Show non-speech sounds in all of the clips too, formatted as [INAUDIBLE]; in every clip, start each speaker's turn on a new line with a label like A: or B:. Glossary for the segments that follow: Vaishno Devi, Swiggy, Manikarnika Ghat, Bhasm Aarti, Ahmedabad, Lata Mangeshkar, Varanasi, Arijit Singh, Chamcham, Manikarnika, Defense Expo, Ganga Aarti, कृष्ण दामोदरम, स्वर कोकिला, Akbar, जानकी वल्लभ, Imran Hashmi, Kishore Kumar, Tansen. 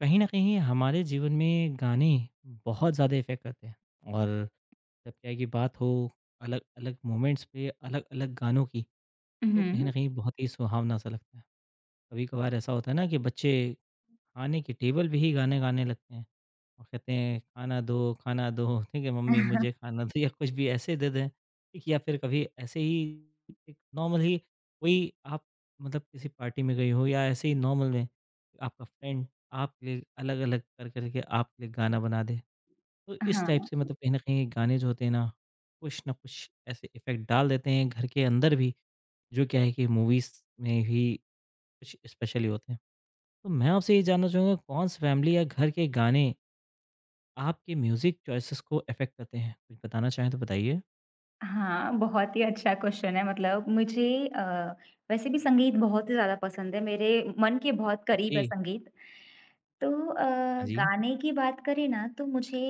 A: कहीं न कहीं हमारे जीवन में गाने बहुत ज़्यादा इफ़ेक्ट करते हैं और जब क्या है कि बात हो अलग-अलग मोमेंट्स पे अलग-अलग गानों की, तो कहीं न
B: हुँ।
A: कहीं बहुत ही सुहावना-सा लगता है। कभी-कभार ऐसा होता है ना कि बच्चे खाने की टेबल पे ही गाने गाने लगते हैं और कहते हैं खाना दो, ठीक है मम्मी मुझे
B: [LAUGHS]
A: खाना दो या कुछ भी ऐसे दे दें, ठीक या फिर कभी ऐसे ही एक नॉर्मल ही कोई आप मतलब किसी पार्टी में गई हो या ऐसे ही नॉर्मल में आपका फ्रेंड आपके लिए अलग-अलग कर करके आपके लिए गाना बना दे। तो इस टाइप
B: हाँ,
A: से मतलब कहीं न कहीं गाने जो होते हैं ना, कुछ न कुछ ऐसे इफ़ेक्ट डाल देते हैं घर के अंदर भी, जो क्या है कि मूवीज़ में ही कुछ स्पेशल ही होते हैं। तो मैं आपसे ये जानना चाहूँगा कौन से फैमिली या घर के गाने आपके म्यूज़िक चॉइसेस को अफ़ेक्ट करते हैं? कुछ बताना चाहें तो बताइए?
B: हाँ, बहुत ही अच्छा क्वेश्चन है मतलब मुझे वैसे भी संगीत बहुत ही ज़्यादा पसंद है, मेरे मन के बहुत करीब
A: ओके,
B: है संगीत। तो अ,
A: हाँ जी,
B: गाने की बात करें ना तो मुझे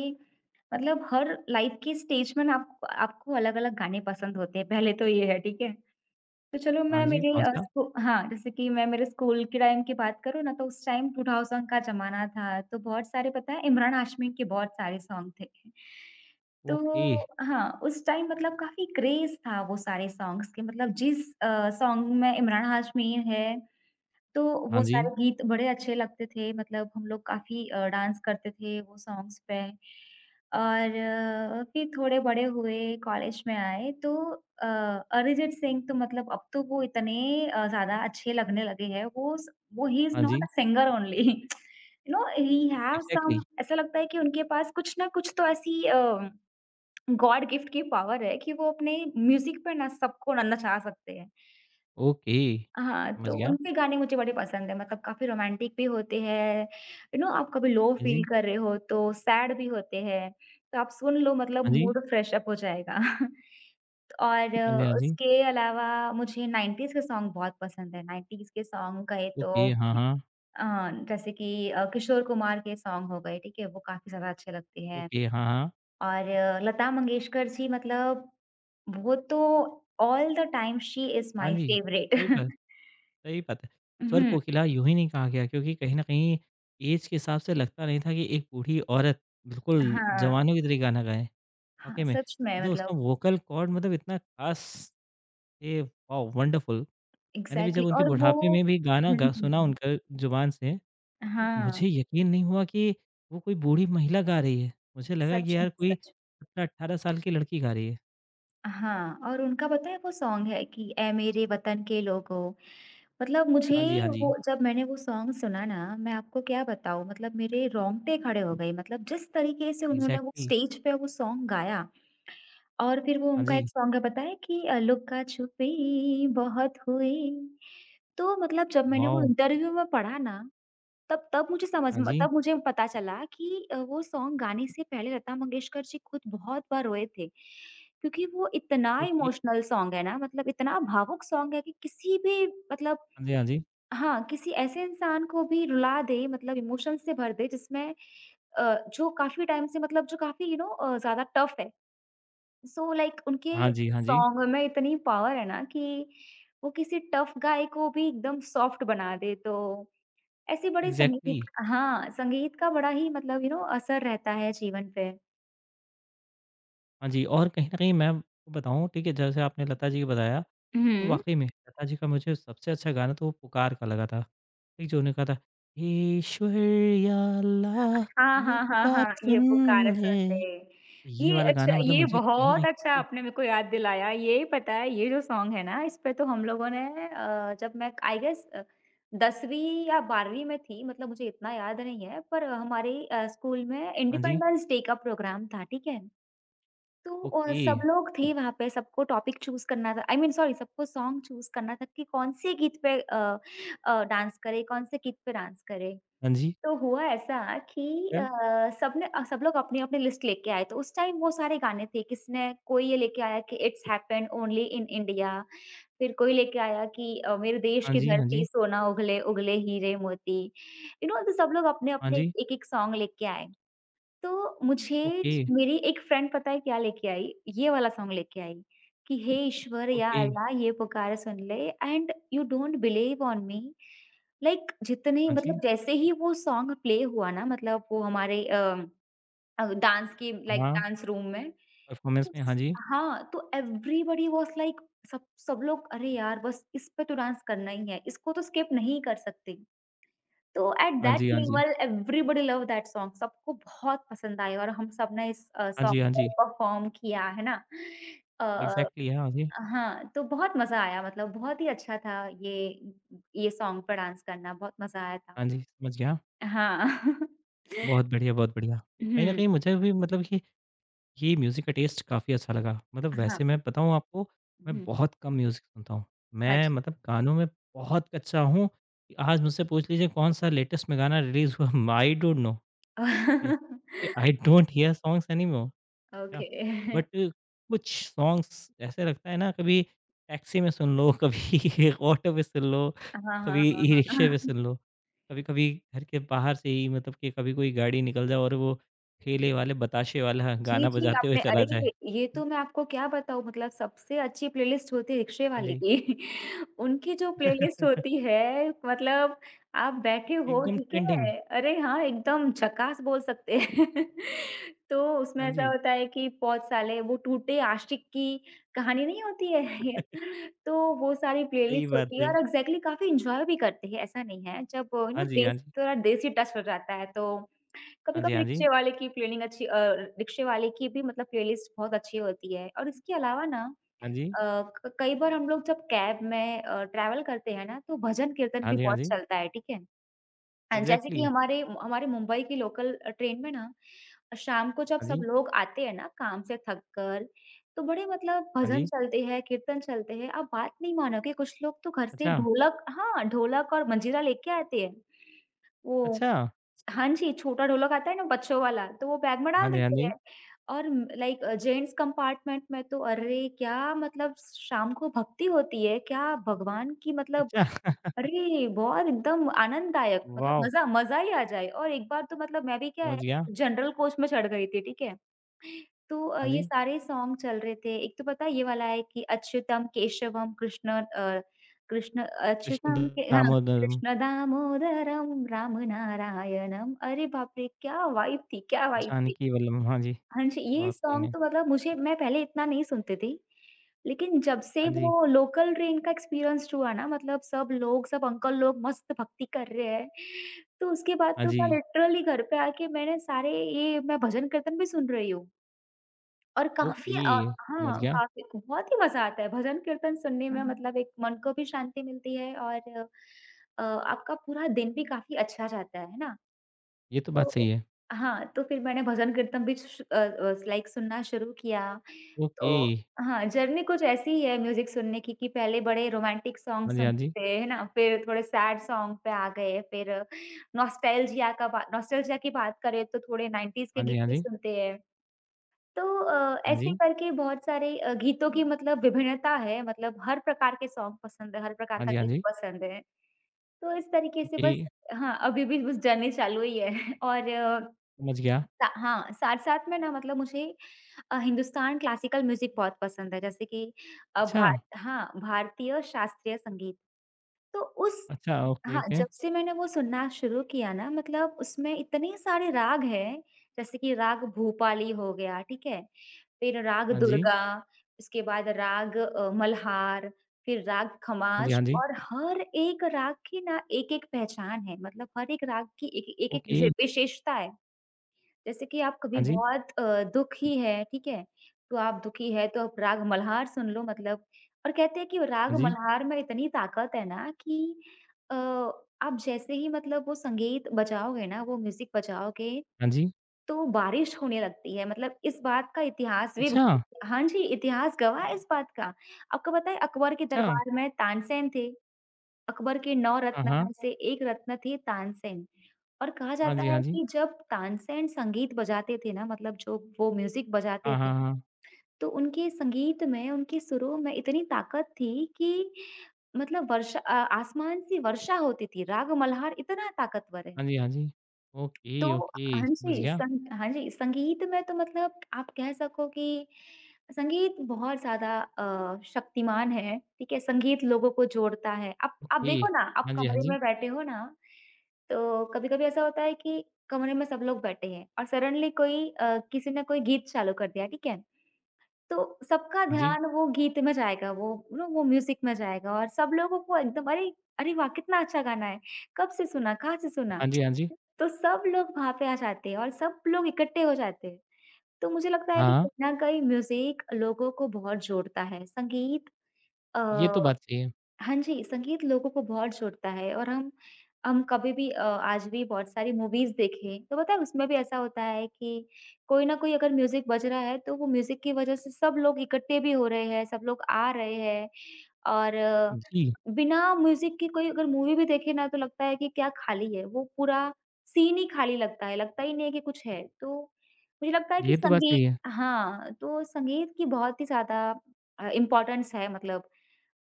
B: मतलब हर लाइफ़ के स्टेज में ना आप आपको अलग-अलग गाने पसंद होते हैं, पहले तो ये है, ठीक है? तो चलो
A: हाँ
B: मैं
A: जी,
B: मेरे अ,
A: कौन-सा?
B: स्कू हाँ, जैसे कि मैं मेरे स्कूल के टाइम की बात करूँ ना तो उस टाइम 2000 का ज़माना था, तो बहुत सारे पता है इमरान हाशमी के बहुत सारे सॉन्ग थे।
A: ओके,
B: तो हाँ, उस टाइम मतलब काफ़ी क्रेज़ था वो सारे सॉन्ग्स के मतलब जिस सॉन्ग में इमरान हाशमी है, तो
A: हाँ
B: वो
A: जी,
B: सारे गीत बड़े अच्छे लगते थे मतलब हम लोग काफ़ी डांस करते थे वो सॉन्ग्स पे। और फिर थोड़े बड़े हुए, कॉलेज में आए तो अ, अरिजीत सिंह तो मतलब अब तो वो इतने ज़्यादा अच्छे लगने लगे हैं, वो ही इज़
A: हाँ
B: नॉट
A: जी,
B: uh singer only you know he have
A: exactly,
B: some [LAUGHS] ऐसा लगता है कि उनके पास कुछ ना कुछ तो ऐसी गॉड गिफ्ट की पावर है कि वो अपने म्यूज़िक पे ना सबको ना नचा सकते हैं।
A: ओके,
B: हाँ,
A: समझ
B: तो
A: गया,
B: उनके गाने मुझे बड़े पसंद हैं मतलब काफ़ी रोमांटिक भी होते हैं, यू नो आप कभी लो
A: हाँ
B: फ़ील
A: जी,
B: कर रहे हो तो सैड भी होते हैं, तो आप सुन लो मतलब
A: हाँ जी,
B: मूड फ्रेश अप हो जाएगा। [LAUGHS] और
A: हाँ जी, हाँ जी,
B: उसके अलावा मुझे 90s के सॉन्ग बहुत पसंद है, 90s के सॉन्ग कहे
A: ओके,
B: तो
A: हाँ, हाँ,
B: जैसे कि किशोर कुमार के सॉन्ग हो गए, ठीक है? वो काफ़ी ज़्यादा अच्छे लगते हैं
A: ओके, हाँ, हाँ,
B: और लता मंगेशकर जी मतलब वो तो all the time she is
A: हाँ
B: माय
A: जी,
B: फेवरेट।
A: सही बात
B: [LAUGHS]
A: सही बात है। स्वर
B: हुँ,
A: कोकिला यूँ ही नहीं कहा गया क्योंकि कहीं न कहीं ऐज के हिसाब से लगता नहीं था कि एक बूढ़ी औरत बिल्कुल
B: हाँ,
A: जवानों की तरह गाना गाएँ। वाक़ई
B: हाँ,
A: में,
B: सच में
A: मतलब
B: मतलब
A: उसका वोकल कॉर्ड मतलब इतना ख़ास थे, वाओ! वंडरफुल। मैंने भी
B: एग्ज़ैक्टली
A: जब उनके
B: और वो
A: बुढ़ापे में भी गाना
B: हुँ,
A: गा सुना
B: हुँ,
A: उनका जुबान से, फिर
B: हाँ,
A: मुझे यकीन नहीं हुआ कि वो कोई बूढ़ी महिला गा रही है। मुझे लगा कि
B: सच में,
A: यार कोई
B: सच में।
A: 17-18 साल की लड़की गा रही है।
B: हाँ, और उनका पता है वो सॉन्ग है कि ऐ मेरे वतन के लोगों मतलब मुझे
A: हाँ जी, हाँ जी,
B: वो जब मैंने वो सॉन्ग सुना ना, मैं आपको क्या बताऊँ मतलब मेरे रोंगटे खड़े हो गए मतलब जिस तरीके से उन्होंने वो
A: एग्ज़ैक्टली।
B: स्टेज पे वो सॉन्ग गाया और फिर वो
A: हाँ
B: उनका
A: जी,
B: एक सॉन्ग है पता है कि लुका-छुपी बहुत हुई। तो मतलब जब मैंने वो
A: वाओ!
B: इंटरव्यू में पढ़ा ना, तब तब मुझे समझ
A: हाँ
B: में
A: जी,
B: तब मुझे पता चला कि वो सॉन्ग गाने से पहले लता मंगेशकर जी खुद बहुत बार रोए थे। क्योंकि वो इतना
A: ओके।
B: इमोशनल सॉन्ग है ना, मतलब इतना भावुक सॉन्ग है कि किसी भी मतलब
A: हाँ जी, हाँ जी।
B: हाँ, किसी ऐसे इंसान को भी रुला दे मतलब इमोशंस से भर दे जिसमें जो काफ़ी टाइम से मतलब जो काफ़ी यू नो ज़्यादा टफ है। उनके
A: हाँ जी, हाँ जी,
B: सॉन्ग में इतनी पावर है ना कि वो किसी टफ गाय को भी एकदम सॉफ्ट बना दे तो ऐसे बड़े
A: एग्ज़ैक्टली।
B: संगीत हाँ, संगीत का बड़ा ही मतलब यू नो असर रहता है जीवन पे।
A: हाँ जी और कहीं न कहीं मैं आपको बताऊँ ठीक है, जैसे आपने लता जी का बताया तो
B: हुँ।
A: वाक़ई में लता जी का मुझे सबसे अच्छा गाना तो वो पुकार का लगा था। एक जो उन्होंने कहा था, ईश्वर या अल्लाह
B: हाँ,
A: ये
B: हाँ, हाँ,
A: पुकार
B: हाँ, ये पुकारा
A: सुन
B: सुनते।
A: ले। ये
B: ये
A: वाला
B: अच्छा
A: गाना मतलब
B: ये
A: मुझे कहीं न
B: बहुत अच्छा
A: कहीं
B: आपने मेरे को याद दिलाया। ये पता है ये जो सॉन्ग है ना, इस पे तो हम लोगों ने जब मैं आई गेस 10वीं या 12वीं में थी मतलब मुझे इतना याद नहीं है, पर हमारे स्कूल में
A: हाँ जी,
B: इंडिपेंडेंस डे का प्रोग्राम था, ठीक है? तो और
A: ओके,
B: सब लोग थे वहाँ पे, सबको टॉपिक चूज़ करना था आई मीन सॉरी सबको सॉन्ग चूज़ करना था कि कौन से गीत पे अ अ, डांस करें, कौन से गीत पे डांस करें।
A: हाँ जी,
B: तो हुआ ऐसा कि अ,
A: फिर?
B: सब लोग अपनी-अपनी लिस्ट लेके आए थे। उस टाइम बहुत सारे गाने थे, किसने कोई ये लेके आया कि it's happened only in India, फिर कोई लेके आया कि मेरे देश
A: हाँ
B: की
A: जी, हाँ जी,
B: धरती सोना उगले उगले हीरे मोती, यू नो तो सब लोग
A: हाँ
B: अपने-अपने
A: जी,
B: एक-एक सॉन्ग लेके आए। तो मुझे
A: ओके,
B: ज मेरी एक फ्रेंड पता है क्या लेके आई? ये वाला सॉन्ग लेके आई कि हे ईश्वर या
A: ओके,
B: अल्लाह ये पुकार सुन ले and you don't believe on me जितने
A: हाँ जी,
B: मतलब जैसे ही वो सॉन्ग प्ले हुआ ना मतलब वो हमारे अ अ, डांस के
A: हाँ,
B: डांस रूम में
A: परफ़ॉर्मेंस
B: तो
A: में हाँ जी,
B: हाँ, तो एवरीबॉडी वाज़ लाइक सब सब लोग अरे यार बस इस पे तो डांस करना ही है, इसको तो स्किप नहीं कर सकते। तो एट
A: हाँ
B: दैट
A: जी, हाँ जी,
B: level everybody love that song सबको बहुत पसंद आया और हम सबने इस
A: हाँ जी,
B: सॉन्ग
A: हाँ जी,
B: पर परफॉर्म किया, है ना? अ,
A: एग्ज़ैक्टली हाँ जी,
B: हाँ, तो बहुत मज़ा आया मतलब बहुत ही अच्छा था ये सॉन्ग पर डांस करना, बहुत मज़ा आया था।
A: हाँ जी, समझ गया।
B: हाँ। [LAUGHS]
A: बहुत बढ़िया, बहुत बढ़िया। कहीं न
B: हुँ,
A: कहीं मुझे भी मतलब कि ये म्यूज़िक का टेस्ट काफ़ी अच्छा लगा। मतलब
B: हाँ,
A: वैसे मैं बताऊँ आपको, मैं
B: हुँ,
A: बहुत कम म्यूज़िक सुनता हूँ। मैं
B: अच्छा।
A: मतलब गानों में बहुत कच्चा हूँ कि आज मुझसे पूछ लीजिए कौन-सा लेटेस्ट में गाना रिलीज़ हुआ [LAUGHS] आई डोंट नो। ये
B: [LAUGHS]
A: I don't hear songs anymore क्या
B: ओके।
A: बट
B: [LAUGHS]
A: कुछ सॉन्ग्स ऐसे लगता है ना कभी टैक्सी में सुन लो कभी [LAUGHS] ऑटो में सुन लो
B: हाँ, हाँ,
A: कभी
B: हाँ,
A: ई रिक्शे में
B: हाँ।
A: सुन
B: [LAUGHS]
A: लो कभी कभी घर के बाहर से ही मतलब कि कभी कोई गाड़ी निकल जाए और वो ठेले वाले बताशे वाला
B: जी,
A: गाना
B: जी,
A: बजाते हुए
B: आपने
A: चला
B: अरे!
A: जाए
B: ये तो मैं आपको क्या बताऊँ मतलब सबसे अच्छी प्लेलिस्ट होती है रिक्शे
A: हाँ
B: वाले
A: जी
B: की। उनकी जो प्लेलिस्ट होती
A: [LAUGHS]
B: है मतलब आप बैठे हो
A: एकदम
B: ठीक
A: ट्रेंडिंग
B: है, अरे हाँ, एकदम झकास बोल सकते हैं। [LAUGHS] तो उसमें
A: हाँ
B: ऐसा
A: जी
B: होता है कि बहुत साले वो टूटे आशिक की कहानी नहीं होती है, [LAUGHS] तो वो सारी
A: सही
B: प्लेलिस्ट
A: बात
B: होती है
A: है
B: और एग्ज़ैक्टली काफ़ी एन्जॉय भी करते हैं, ऐसा नहीं है। जब यू नो
A: हाँ जी
B: देश
A: हाँ जी
B: थोड़ा देसी टच हो जाता है तो
A: हाँ जी
B: कभी-कभी
A: हाँ जी
B: रिक्शे वाले की भी मतलब प्लेलिस्ट बहुत अच्छी होती है और इसके अलावा ना
A: हाँ जी
B: अ, क कई बार हम लोग जब कैब में ट्रैवल करते हैं ना, तो भजन-कीर्तन
A: हाँ
B: भी
A: जी हाँ
B: बहुत
A: जी
B: चलता है, ठीक है। जैसे कि
A: एग्जैक्टली
B: हमारे हमारे मुंबई की लोकल ट्रेन में ना, शाम को जब
A: हाँ
B: सब
A: जी
B: लोग आते हैं ना काम से थक कर, तो बड़े मतलब
A: हाँ
B: भजन
A: जी
B: चलते हैं, कीर्तन चलते हैं। आप बात नहीं मानोगे कुछ लोग तो घर से
A: अच्छा
B: ढोलक और मंजीरा लेके आते हैं। वो
A: अच्छा
B: हाँ जी, छोटा ढोलक आता है ना बच्चों वाला, तो वो बैग में
A: हाँ
B: डाल
A: जी हाँ
B: देते
A: जी
B: हैं और लाइक जेंट्स कंपार्टमेंट में तो अरे क्या मतलब शाम को भक्ति होती है, क्या भगवान की मतलब
A: अच्छा [LAUGHS]
B: अरे! बहुत एकदम आनंददायक मतलब
A: वाह
B: मज़ा मज़ा ही आ जाए और एक बार तो मतलब मैं भी क्या
A: समझ
B: है
A: गया
B: जनरल कोच में चढ़ गई थी, ठीक है? तो
A: हाँ
B: ये
A: जी,
B: सारे सॉन्ग चल रहे थे। एक तो पता है ये वाला है कि अच्युतम केशवम कृष्ण अ, कृष्ण
A: कृष्ण
B: अच्युतम के हाँ,
A: दामोदरम,
B: कृष्ण दामोदरम राम नारायणम। अरे बाप रे! क्या वाइब थी, क्या वाइब थी।
A: जानकी वल्लभ हाँ जी,
B: हाँ जी, ये
A: वाक़ई
B: सॉन्ग
A: में।
B: तो मतलब मुझे मैं पहले इतना नहीं सुनती थी। लेकिन जब से
A: हाँ जी,
B: वो लोकल ट्रेन का एक्सपीरियंस हुआ ना मतलब सब लोग, सब अंकल लोग मस्त भक्ति कर रहे हैं। तो उसके बाद
A: हाँ
B: तो मैं
A: जी,
B: लिटरली घर पे आके मैंने सारे ये मैं भजन कीर्तन भी सुन रही हूँ। और
A: ओके, समझ
B: हाँ,
A: गया।
B: काफ़ी बहुत ही मज़ा आता है भजन कीर्तन सुनने में हुँ। मतलब एक मन को भी शांति मिलती है और आपका पूरा दिन भी काफ़ी अच्छा जाता है ना?
A: ये तो बात सही
B: तो
A: है।
B: हाँ, तो फिर मैंने भजन कीर्तन भी श अ अ, लाइक सुनना शुरू किया।
A: ओके,
B: तो हाँ, जर्नी कुछ ऐसी ही है म्यूज़िक सुनने की कि पहले बड़े रोमांटिक सॉन्ग
A: हाँ जी, हाँ
B: सुनते
A: जी,
B: थे, है ना? फिर थोड़े सैड सॉन्ग पे आ गए, फिर नॉस्टैल्जिया का बा नॉस्टैल्जिया की बात करें तो थोड़े 90s के
A: हाँ जी,
B: गीत
A: हाँ
B: भी
A: जी,
B: सुनते हैं। तो
A: हाँ
B: ऐसे
A: जी,
B: करके बहुत सारे गीतों की मतलब विभिन्नता है, मतलब हर प्रकार के सॉन्ग पसंद है, हर प्रकार
A: हाँ
B: का
A: जी, हाँ
B: गीत
A: जी,
B: पसंद है। तो इस तरीके से
A: ओके,
B: बस हाँ, अभी भी बस जर्नी चालू ही है [LAUGHS] और
A: समझ गया।
B: साथ-साथ में ना मतलब मुझे हिंदुस्तान क्लासिकल म्यूज़िक बहुत पसंद है, जैसे कि
A: अच्छा,
B: भारतीय शास्त्रीय संगीत। तो उस
A: अच्छा, ओके,
B: हाँ,
A: ओके,
B: जब से मैंने वो सुनना शुरू किया ना मतलब उसमें इतने सारे राग हैं, जैसे कि राग भूपाली हो गया, ठीक है? फिर राग
A: हाँ जी,
B: दुर्गा, उसके बाद राग मल्हार, फिर राग
A: हाँ जी,
B: खमाज
A: हाँ जी,
B: और हर एक राग की ना एक-एक पहचान है, मतलब हर एक राग की एक एक-एक विशे
A: ओके,
B: विशेषता है। जैसे कि आप कभी
A: हाँ जी,
B: बहुत अ, दुखी है, ठीक है? तो आप दुखी है तो आप राग मल्हार सुन लो मतलब और कहते हैं कि
A: हाँ
B: राग
A: जी,
B: मल्हार में इतनी ताकत है ना कि अ, आप जैसे ही मतलब वो संगीत बजाओगे ना, वो म्यूज़िक बजाओगे
A: हाँ जी,
B: तो बारिश होने लगती है मतलब इस बात का इतिहास भी
A: अच्छा,
B: हाँ जी, इतिहास गवाह है इस बात का। आपको पता है अकबर के
A: अच्छा,
B: दरबार में तानसेन थे। अकबर के 9
A: हाँ,
B: रत्न
A: हाँ,
B: में से एक रत्न थे तानसेन और कहा
A: हाँ
B: जाता
A: जी,
B: है
A: हाँ जी,
B: कि जब तानसेन संगीत बजाते थे ना मतलब जो वो म्यूज़िक बजाते
A: हाँ,
B: थे,
A: हाँ, हाँ,
B: तो उनके संगीत में, उनके सुरों में इतनी ताकत थी कि मतलब वर्षा अ, आसमान से वर्षा होती थी। राग मल्हार इतना ताकतवर है।
A: हाँ जी, हाँ जी,
B: तो
A: ओके, ओके, समझ गया,
B: हाँ जी, संगीत में तो मतलब आप कह सको कि संगीत बहुत ज़्यादा शक्तिमान है, ठीक है? संगीत लोगों को जोड़ता है। आप
A: ओके,
B: देखो ना, आप
A: हाँ जी, हाँ
B: कमरे
A: जी,
B: में बैठे हो ना, तो कभी-कभी ऐसा होता है कि कमरे में सब लोग बैठे हैं और सडनली किसी ने कोई गीत चालू कर दिया, ठीक है? तो सबका
A: हाँ जी,
B: ध्यान वो गीत में जाएगा, वो यू नो वो म्यूज़िक में जाएगा और सब लोगों को एकदम अरे, अरे वाह! कितना अच्छा गाना है। कब से सुना, कहाँ से सुना?
A: हाँ जी, हाँ जी,
B: तो सब लोग वहाँ पे आ जाते हैं और सब लोग इकट्ठे हो जाते हैं। तो मुझे लगता है कि
A: हाँ।
B: कहीं न कहीं म्यूज़िक लोगों को बहुत जोड़ता है। संगीत
A: ये तो
B: अ
A: बात सही है।
B: हाँ जी, संगीत लोगों को बहुत जोड़ता है और हम कभी भी आज भी बहुत सारी मूवीज़ देखें, तो पता है उसमें भी ऐसा होता है कि कोई न कोई अगर म्यूज़िक बज रहा है, तो वो म्यूज़िक की वज़ह से सब लोग इकट्ठे भी हो रहे हैं, सब लोग आ रहे हैं और
A: जी,
B: बिना म्यूज़िक की कोई अगर मूवी भी देखे ना, तो लगता है कि क्या खाली है, वो पूरा सीन ही खाली लगता है, लगता ही नहीं है कि कुछ है। तो मुझे लगता है कि
A: ये तो बात
B: संगीत
A: सही है।
B: हाँ, तो संगीत की बहुत ही ज़्यादा इम्पोर्टेंस है मतलब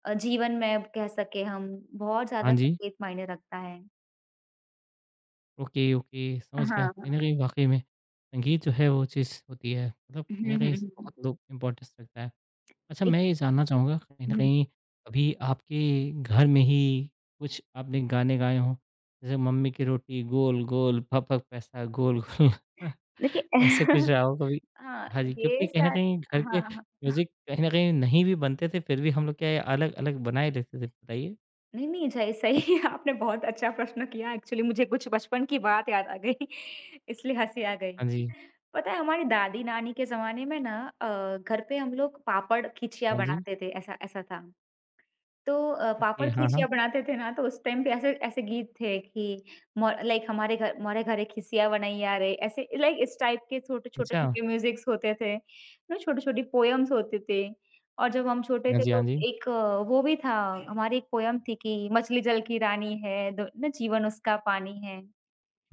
B: जीवन में कह सके हम, बहुत
A: हाँ
B: ज़्यादा
A: जी,
B: संगीत मायने रखता है।
A: ओके, ओके, समझ गया। कहीं
B: हाँ।
A: न कहीं वाक़ई में संगीत जो है वो चीज़ होती है, मतलब कहीं न
B: हुँ, हुँ,
A: कहीं इस
B: हुँ।
A: बहुत लोग इम्पोर्टेंस रखता है। अच्छा
B: एक
A: मैं ये जानना चाहूँगा कहीं न
B: हुँ,
A: कहीं कभी आपके घर में ही कुछ आपने गाने गाए हों? जैसे मम्मी की रोटी गोल, गोल, भपक पैसा गोल, गोल [LAUGHS]
B: देखिए
A: ऐसे कुछ
B: [LAUGHS]
A: रहा हो कभी?
B: हाँ,
A: हाँ जी, क्योंकि
B: ये
A: कहीं न
B: सार
A: कहीं घर के
B: हाँ, हाँ।
A: म्यूज़िक कहीं न कहीं नहीं भी बनते थे, फिर भी हम लोग क्या है अलग-अलग बनाए रहते थे, बताइए?
B: नहीं, नहीं, सही सही [LAUGHS] आपने बहुत अच्छा प्रश्न किया। एक्चुअली मुझे कुछ बचपन की बात याद आ गई, [LAUGHS] इसलिए हँसी आ गई।
A: हाँ जी,
B: पता है हमारी दादी-नानी के ज़माने में ना घर पे हम लोग पापड़ खिचिया
A: हाँ जी।
B: बनाते थे, ऐसा ऐसा था। तो पापड़
A: ओके, हाँ, हाँ।
B: खिचिया बनाते थे ना, तो उस टाइम पे ऐसे ऐसे गीत थे कि मो लाइक हमारे घर मोरे घरे खिसिया बनैया रे, ऐसे लाइक इस टाइप के छोटे, छोटे,
A: अच्छा,
B: छोटे म्यूज़िक्स होते थे, ना छोटी-छोटी पोएम्स होते थे। और जब हम छोटे
A: हाँ
B: थे
A: जी, हाँ
B: तो
A: जी।
B: एक वो भी था, हमारी एक पोएम थी कि मछली जल की रानी है, द ना जीवन उसका पानी है।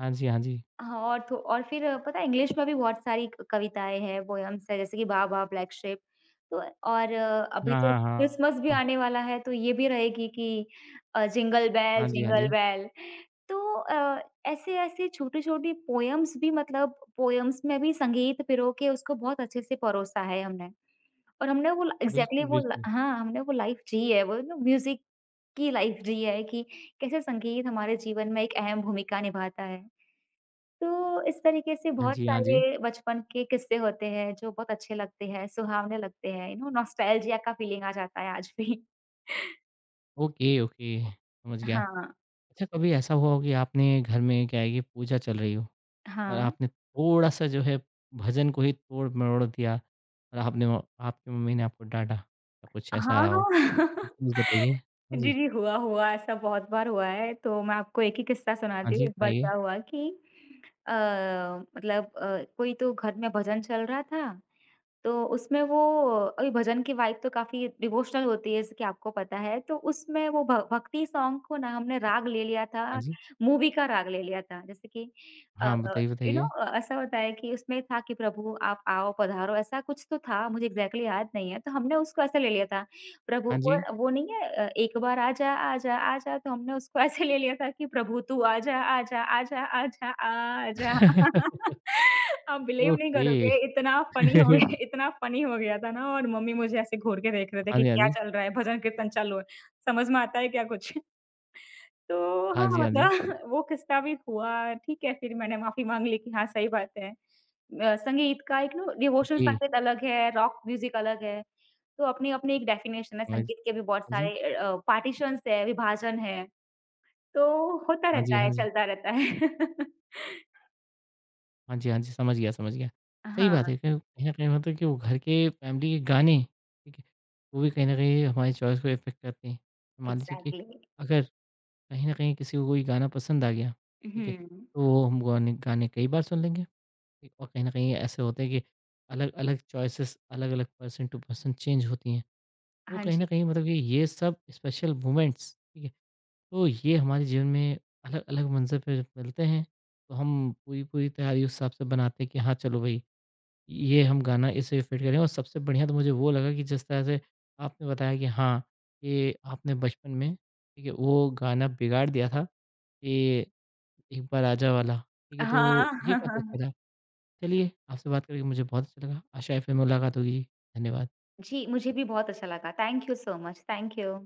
A: हाँ जी, हाँ जी।
B: हाँ, और तो और फिर पता है इंग्लिश में भी बहुत सारी क कविताएँ हैं, पोएम्स हैं जैसे कि वाह वाह ब्लैक शिप तो और अभी
A: हाँ,
B: तो
A: हाँ, हाँ।
B: क्रिसमस भी
A: हाँ
B: आने वाला है तो ये भी रहेगी कि
A: हाँ जी, हाँ
B: जिंगल
A: जी।
B: बेल तो ऐसे-ऐसे छोटी-छोटी पोएम्स भी मतलब पोएम्स में भी संगीत पिरो के उसको बहुत अच्छे से परोसा है हमने। और हमने वो एग्ज़ैक्टली
A: बिल्कुल,
B: वो ल
A: बिल्कुल।
B: हाँ, हमने वो लाइफ़ जी है, वो ना म्यूज़िक की लाइफ़ जी है कि कैसे संगीत हमारे जीवन में एक अहम भूमिका निभाता है। तो इस तरीके से
A: हाँ
B: बहुत
A: जी, हाँ जी।
B: सारे बचपन के किस्से होते हैं जो बहुत अच्छे लगते हैं, सुहावने लगते हैं, यू नो नॉस्टैल्जिया का फीलिंग आ जाता है आज भी। [LAUGHS]
A: ओके, ओके, समझ गया।
B: हाँ,
A: अच्छा कभी ऐसा हुआ हो कि आपने घर में क्या है कि पूजा चल रही हो और
B: हाँ।
A: आपने थोड़ा-सा जो है भजन को ही तोड़-मरोड़ दिया और आपने वो आपकी मम्मी ने आपको डाँटा या कुछ ऐसा
B: हाँ,
A: रहा हो?
B: हाँ। [LAUGHS]
A: प्लीज़ बताइए। हाँ
B: जी,
A: जी,
B: जी, हुआ, हुआ ऐसा बहुत बार हुआ है, तो मैं आपको एक ही किस्सा
A: हाँ
B: सुनाती
A: जी,
B: हूँ। एक बार
A: बताइए।
B: क्या हुआ कि अ, मतलब कोई तो घर में भजन चल रहा था तो उसमें वो अभी भजन की वाइब तो काफ़ी डिवोशनल होती है जैसे कि आपको पता है, तो उसमें वो भ भक्ति सॉन्ग को ना हमने राग ले लिया
A: हाँ
B: था,
A: जी।
B: मूवी का राग ले लिया था। जैसे कि अ,
A: हाँ, बताइए,
B: यू नो
A: बताइए।
B: ऐसा होता है कि उसमें था कि प्रभु आप आओ पधारो ऐसा कुछ तो था, मुझे एग्ज़ैक्टली याद नहीं है, तो हमने उसको ऐसा ले लिया था। प्रभु
A: हाँ
B: वो
A: जी।
B: वो नहीं है एक बार आजा आजा आजा तो हमने उसको ऐसे ले लिया था कि प्रभु तू आजा आजा आजा आजा आजा
A: [LAUGHS]
B: [LAUGHS] आप बिलीव नहीं
A: ओके।
B: करोगे इतना फनी हो
A: [LAUGHS]
B: गया इतना फनी हो गया था ना और मम्मी मुझे ऐसे घूर के देख रहे थे
A: हाँ
B: कि
A: जी, हाँ
B: क्या
A: जी।
B: चल रहा है भजन कीर्तन चालू है। समझ में आता है क्या कुछ? तो
A: हाँ
B: हाँ,
A: जी, हाँ
B: मतलब
A: जी।
B: [LAUGHS] वो किस्सा भी हुआ, ठीक है, फिर मैंने माफ़ी माँग ली कि हाँ, सही बात है। संगीत का एक ना डिवोशनल
A: ओके।
B: संगीत अलग है, रॉक म्यूज़िक अलग है, तो अपनी-अपनी एक डेफ़िनेशन है,
A: हाँ जी,
B: संगीत के भी बहुत
A: हाँ जी।
B: सारे पार्टीशन्स है, विभाजन है, तो होता
A: हाँ जी,
B: रहता
A: हाँ
B: है,
A: जी।
B: चलता रहता है। [LAUGHS]
A: हाँ जी, हाँ जी, समझ गया, समझ गया। सही
B: हाँ,
A: बात है कहीं कहीं न कहीं मतलब कि वो घर के फैमिली के गाने, ठीक है, वो भी कहीं न कहीं हमारी चॉइस को इफ़ेक्ट करते हैं। तो मान लीजिए कि
B: एग्ज़ैक्टली।
A: अगर कहीं न कहीं किसी को कोई गाना पसंद आ गया, ठीक है,
B: हुँ।
A: तो वो हम गाने गाने कई बार सुन लेंगे ठीक और कहीं न कहीं ऐसे होते हैं कि अलग-अलग चॉइसेस अलग-अलग पर्सन टू पर्सन चेंज होती हैं। तो
B: हाँ
A: कहीं न
B: जी।
A: कहीं मतलब कि ये सब स्पेशल मोमेंट्स ठीक है, तो ये हमारे जीवन में अलग अलग मंज़र पे जब मिलते हैं तो हम पूरी पूरी तैयारी उस हिसाब से बनाते हैं कि हाँ चलो भाई ये हम गाना इसे फिट करें और सबसे बढ़िया तो मुझे वो लगा कि जिस तरह से आपने बताया कि हाँ कि आपने बचपन में ठीक है वो गाना बिगाड़ दिया था कि एक बार आजा वाला ठीक है तो ये काफ़ी
B: हाँ।
A: अच्छा था।
B: [LAUGHS]
A: चलिए आपसे बात करके मुझे बहुत अच्छा लगा आशा है फिर मुलाकात होगी धन्यवाद।
B: जी, मुझे भी बहुत अच्छा लगा। Thank you so much, thank you.